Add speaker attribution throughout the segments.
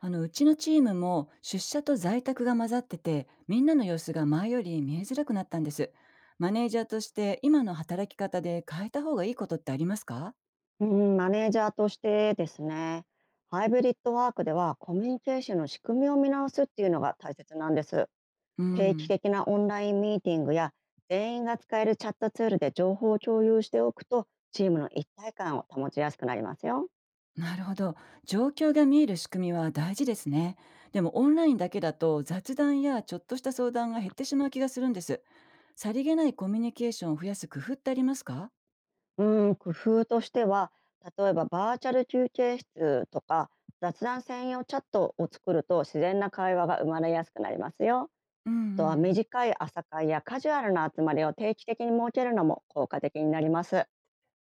Speaker 1: うちのチームも出社と在宅が混ざっててみんなの様子が前より見えづらくなったんです。マネージャーとして今の働き方で変えた方がいいことってありますか？
Speaker 2: うん、マネージャーとしてですね、ハイブリッドワークではコミュニケーションの仕組みを見直すっていうのが大切なんです。
Speaker 1: う
Speaker 2: 定期
Speaker 1: ん。
Speaker 2: 的なオンラインミーティングや全員が使えるチャットツールで情報を共有しておくとチームの一体感を保ちやすくなりますよ。
Speaker 1: なるほど。状況が見える仕組みは大事ですね。でもオンラインだけだと雑談やちょっとした相談が減ってしまう気がするんです。さりげないコミュニケーションを増やす工夫ってありますか？
Speaker 2: うん、工夫としては、例えばバーチャル休憩室とか雑談専用チャットを作ると自然な会話が生まれやすくなりますよ。
Speaker 1: うんう
Speaker 2: とは
Speaker 1: ん。
Speaker 2: 短い朝会やカジュアルな集まりを定期的に設けるのも効果的になります。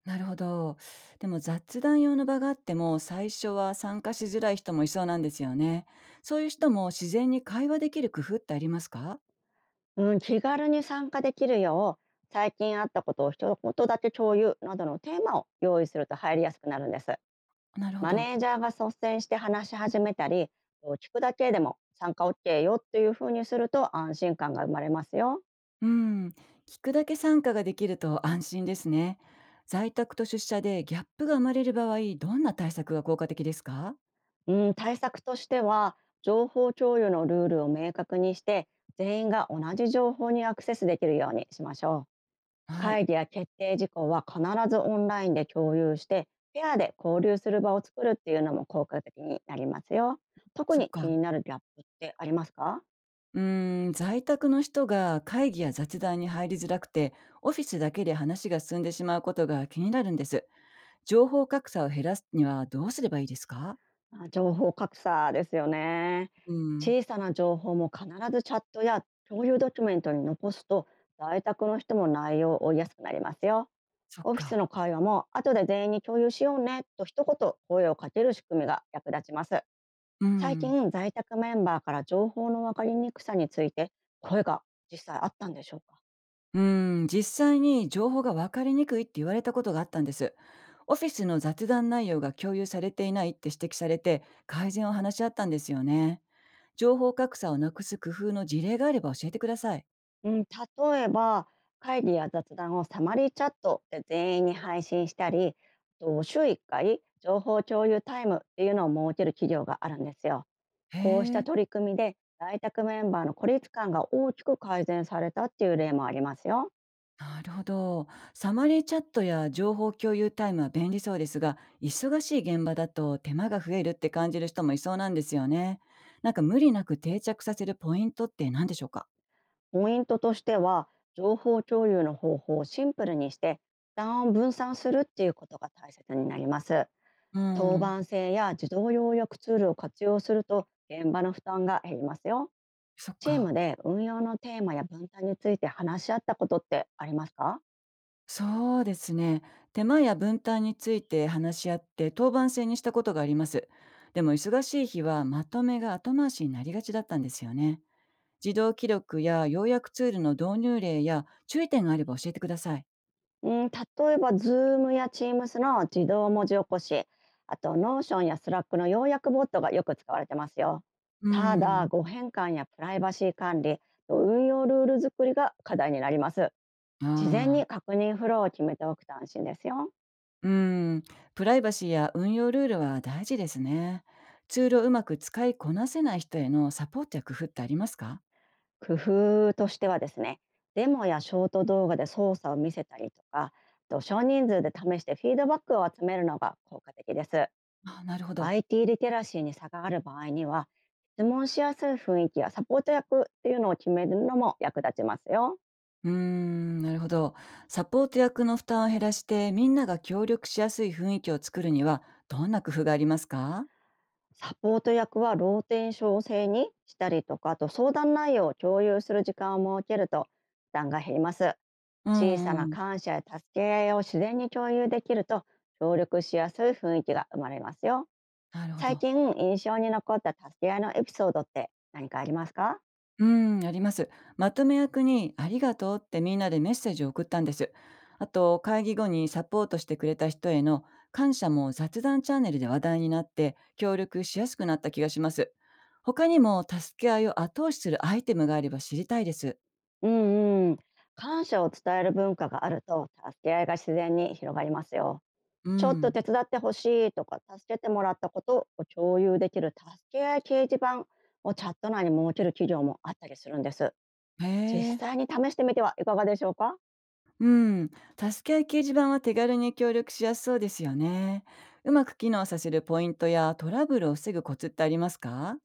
Speaker 1: なるほど。でも雑談用の場があっても最初は参加しづらい人もいそうなんですよね。そういう人も自然に会話できる工夫ってありますか？
Speaker 2: うん、気軽に参加できるよう最近あったことを一言だけ共有などのテーマを用意すると入りやすくなるんです。
Speaker 1: なるほ
Speaker 2: マ
Speaker 1: ど。
Speaker 2: ネージャーが率先して話し始めたり、こう聞くだけでも参加 OK よっていうふうにすると安心感が生まれますよ。
Speaker 1: うん。聞くだけ参加ができると安心ですね。在宅と出社でギャップが生まれる場合、どんな対策が効果的ですか？
Speaker 2: うん、対策としては、情報共有のルールを明確にして全員が同じ情報にアクセスできるようにしましょう。
Speaker 1: はい。
Speaker 2: 会議や決定事項は必ずオンラインで共有して、ペアで交流する場を作るっていうのも効果的になりますよ。特
Speaker 1: そっ
Speaker 2: に気
Speaker 1: か。
Speaker 2: になるギャップってありますか？
Speaker 1: うーん。在宅の人が会議や雑談に入りづらくて、オフィスだけで話が進んでしまうことが気になるんです。情報格差を減らすにはどうすればいいですか？
Speaker 2: あ、情報格差ですよね。
Speaker 1: うん。
Speaker 2: 小さな情報も必ずチャットや共有ドキュメントに残すと、在宅の人も内容を追いやすくなりますよ。
Speaker 1: そっ
Speaker 2: オフィス
Speaker 1: か。
Speaker 2: の会話も後で全員に共有しようねと一言声をかける仕組みが役立ちます。
Speaker 1: う
Speaker 2: 最
Speaker 1: ん。
Speaker 2: 近、在宅メンバーから情報の分かりにくさについて声が実際あったんでしょうか？
Speaker 1: 実際に情報が分かりにくいって言われたことがあったんです。オフィスの雑談内容が共有されていないって指摘されて、改善を話し合ったんですよね。情報格差をなくす工夫の事例があれば教えてください。
Speaker 2: うん、例えば、会議や雑談をサマリーチャットで全員に配信したり、あと週1回情報共有タイムっていうのを設ける企業があるんですよ。
Speaker 1: へ
Speaker 2: こうした
Speaker 1: え。
Speaker 2: 取り組みで在宅メンバーの孤立感が大きく改善されたっていう例もありますよ。
Speaker 1: なるほど。サマリーチャットや情報共有タイムは便利そうですが、忙しい現場だと手間が増えるって感じる人もいそうなんですよね。なんか無理なく定着させるポイントって何でしょうか？
Speaker 2: ポイントとしては、情報共有の方法をシンプルにして、負担を分散するっていうことが大切になります。
Speaker 1: う
Speaker 2: 当
Speaker 1: ん、
Speaker 2: 番制や自動要約ツールを活用すると現場の負担が減りますよ。
Speaker 1: そっ
Speaker 2: チーム
Speaker 1: か。
Speaker 2: で運用のテーマや分担について話し合ったことってありますか？
Speaker 1: そうですね。手間や分担について話し合って当番制にしたことがあります。でも忙しい日はまとめが後回しになりがちだったんですよね。自動記録や要約ツールの導入例や注意点があれば教えてください。
Speaker 2: うん、例えば Zoom や Teams の自動文字起こし、あと Notion や Slack の要約ボットがよく使われてますよ。
Speaker 1: う
Speaker 2: ただ、
Speaker 1: ん、
Speaker 2: 誤変換やプライバシー管理、運用ルール作りが課題になります。
Speaker 1: あ
Speaker 2: 事前に
Speaker 1: あ。
Speaker 2: 確認フローを決めておくと安心ですよ。
Speaker 1: うーん、プライバシーや運用ルールは大事ですね。ツールをうまく使いこなせない人へのサポートや工夫ってありますか？
Speaker 2: 工夫としてはですね、デモやショート動画で操作を見せたりとか、あと少人数で試してフィードバックを集めるのが効果的です。
Speaker 1: あ、なるほど。
Speaker 2: IT リテラシーに差がある場合には、質問しやすい雰囲気やサポート役っていうのを決めるのも役立ちますよ。
Speaker 1: うーん、なるほど。サポート役の負担を減らして、みんなが協力しやすい雰囲気を作るには、どんな工夫がありますか？
Speaker 2: サポート役はローテンション制にしたりとか、あと相談内容を共有する時間を設けると負担が減ります。
Speaker 1: う
Speaker 2: 小さ
Speaker 1: んう
Speaker 2: な
Speaker 1: ん。
Speaker 2: 感謝や助け合いを自然に共有できると、協力しやすい雰囲気が生まれますよ。
Speaker 1: なるほ
Speaker 2: 最
Speaker 1: ど。
Speaker 2: 近印象に残った助け合いのエピソードって何かありますか？
Speaker 1: うん、あります。まとめ役にありがとうってみんなでメッセージを送ったんです。あと、会議後にサポートしてくれた人への感謝も雑談チャンネルで話題になって、協力しやすくなった気がします。他にも助け合いを後押しするアイテムがあれば知りたいです。
Speaker 2: うんうん。感謝を伝える文化があると助け合いが自然に広がりますよ。
Speaker 1: う
Speaker 2: ちょっと
Speaker 1: ん。
Speaker 2: 手伝ってほしいとか助けてもらったことを共有できる助け合い掲示板をチャット内に設ける企業もあったりするんです。
Speaker 1: へ
Speaker 2: 実
Speaker 1: え。
Speaker 2: 際に試してみてはいかがでしょうか？
Speaker 1: うん。助け合い掲示板は手軽に協力しやすそうですよね。うまく機能させるポイントやトラブルを防ぐコツってありますか？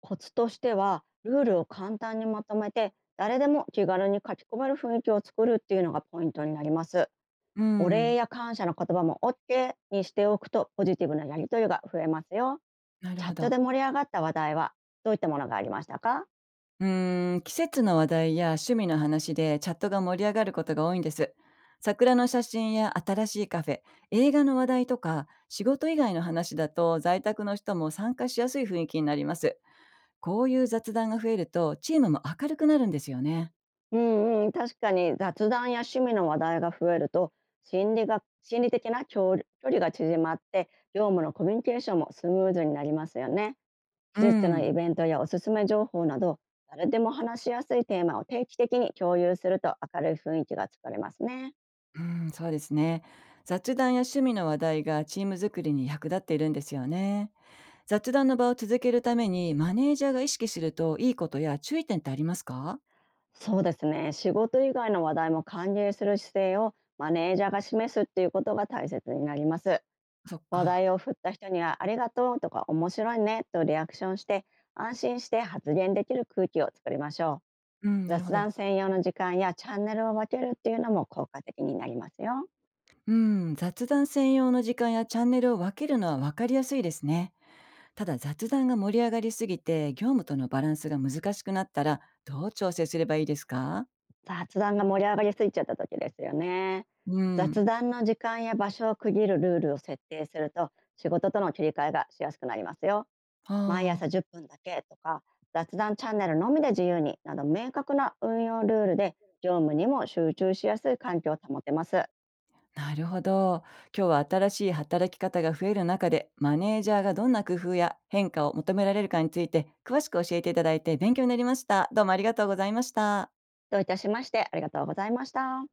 Speaker 2: コツとしては、ルールを簡単にまとめて誰でも気軽に書き込める雰囲気を作るっていうのがポイントになります。
Speaker 1: う
Speaker 2: お礼
Speaker 1: ん。
Speaker 2: や感謝の言葉も OK にしておくとポジティブなやり取りが増えますよ。
Speaker 1: なる
Speaker 2: チャ
Speaker 1: ほ
Speaker 2: ット
Speaker 1: ど。
Speaker 2: で盛り上がった話題はどういったものがありましたか？
Speaker 1: 季節の話題や趣味の話でチャットが盛り上がることが多いんです。桜の写真や新しいカフェ、映画の話題とか、仕事以外の話だと在宅の人も参加しやすい雰囲気になります。こういう雑談が増えるとチームも明るくなるんですよね。
Speaker 2: うんうん、確かに雑談や趣味の話題が増えると、心理的な距離が縮まって業務のコミュニケーションもスムーズになりますよね。
Speaker 1: う
Speaker 2: 季節のイ
Speaker 1: ん、
Speaker 2: ベントやおすすめ情報など、誰でも話しやすいテーマを定期的に共有すると明るい雰囲気が作れますね。
Speaker 1: うん、そうですね。雑談や趣味の話題がチーム作りに役立っているんですよね。雑談の場を続けるためにマネージャーが意識するといいことや注意点ってありますか？
Speaker 2: そうですね。仕事以外の話題も歓迎する姿勢をマネージャーが示すっていうことが大切になります。
Speaker 1: そっ
Speaker 2: 話
Speaker 1: か。
Speaker 2: 題を振った人にはありがとうとか面白いねとリアクションして、安心して発言できる空気を作りましょ
Speaker 1: うん、
Speaker 2: う。
Speaker 1: なるほ
Speaker 2: 雑
Speaker 1: ど。
Speaker 2: 談専用の時間やチャンネルを分けるっていうのも効果的になりますよ。
Speaker 1: うん、雑談専用の時間やチャンネルを分けるのは分かりやすいですね。ただ雑談が盛り上がりすぎて業務とのバランスが難しくなったらどう調整すればいいですか？
Speaker 2: 雑談が盛り上がりすぎちゃった時ですよね。
Speaker 1: うん。
Speaker 2: 雑談の時間や場所を区切るルールを設定すると仕事との切り替えがしやすくなりますよ。
Speaker 1: あ
Speaker 2: 毎
Speaker 1: あ、
Speaker 2: 朝10分だけとか、雑談チャンネルのみで自由になど、明確な運用ルールで業務にも集中しやすい環境を保てます。
Speaker 1: なるほど。今日は新しい働き方が増える中でマネージャーがどんな工夫や変化を求められるかについて詳しく教えていただいて勉強になりました。どうもありがとうございました。
Speaker 2: どういたしまして。ありがとうございました。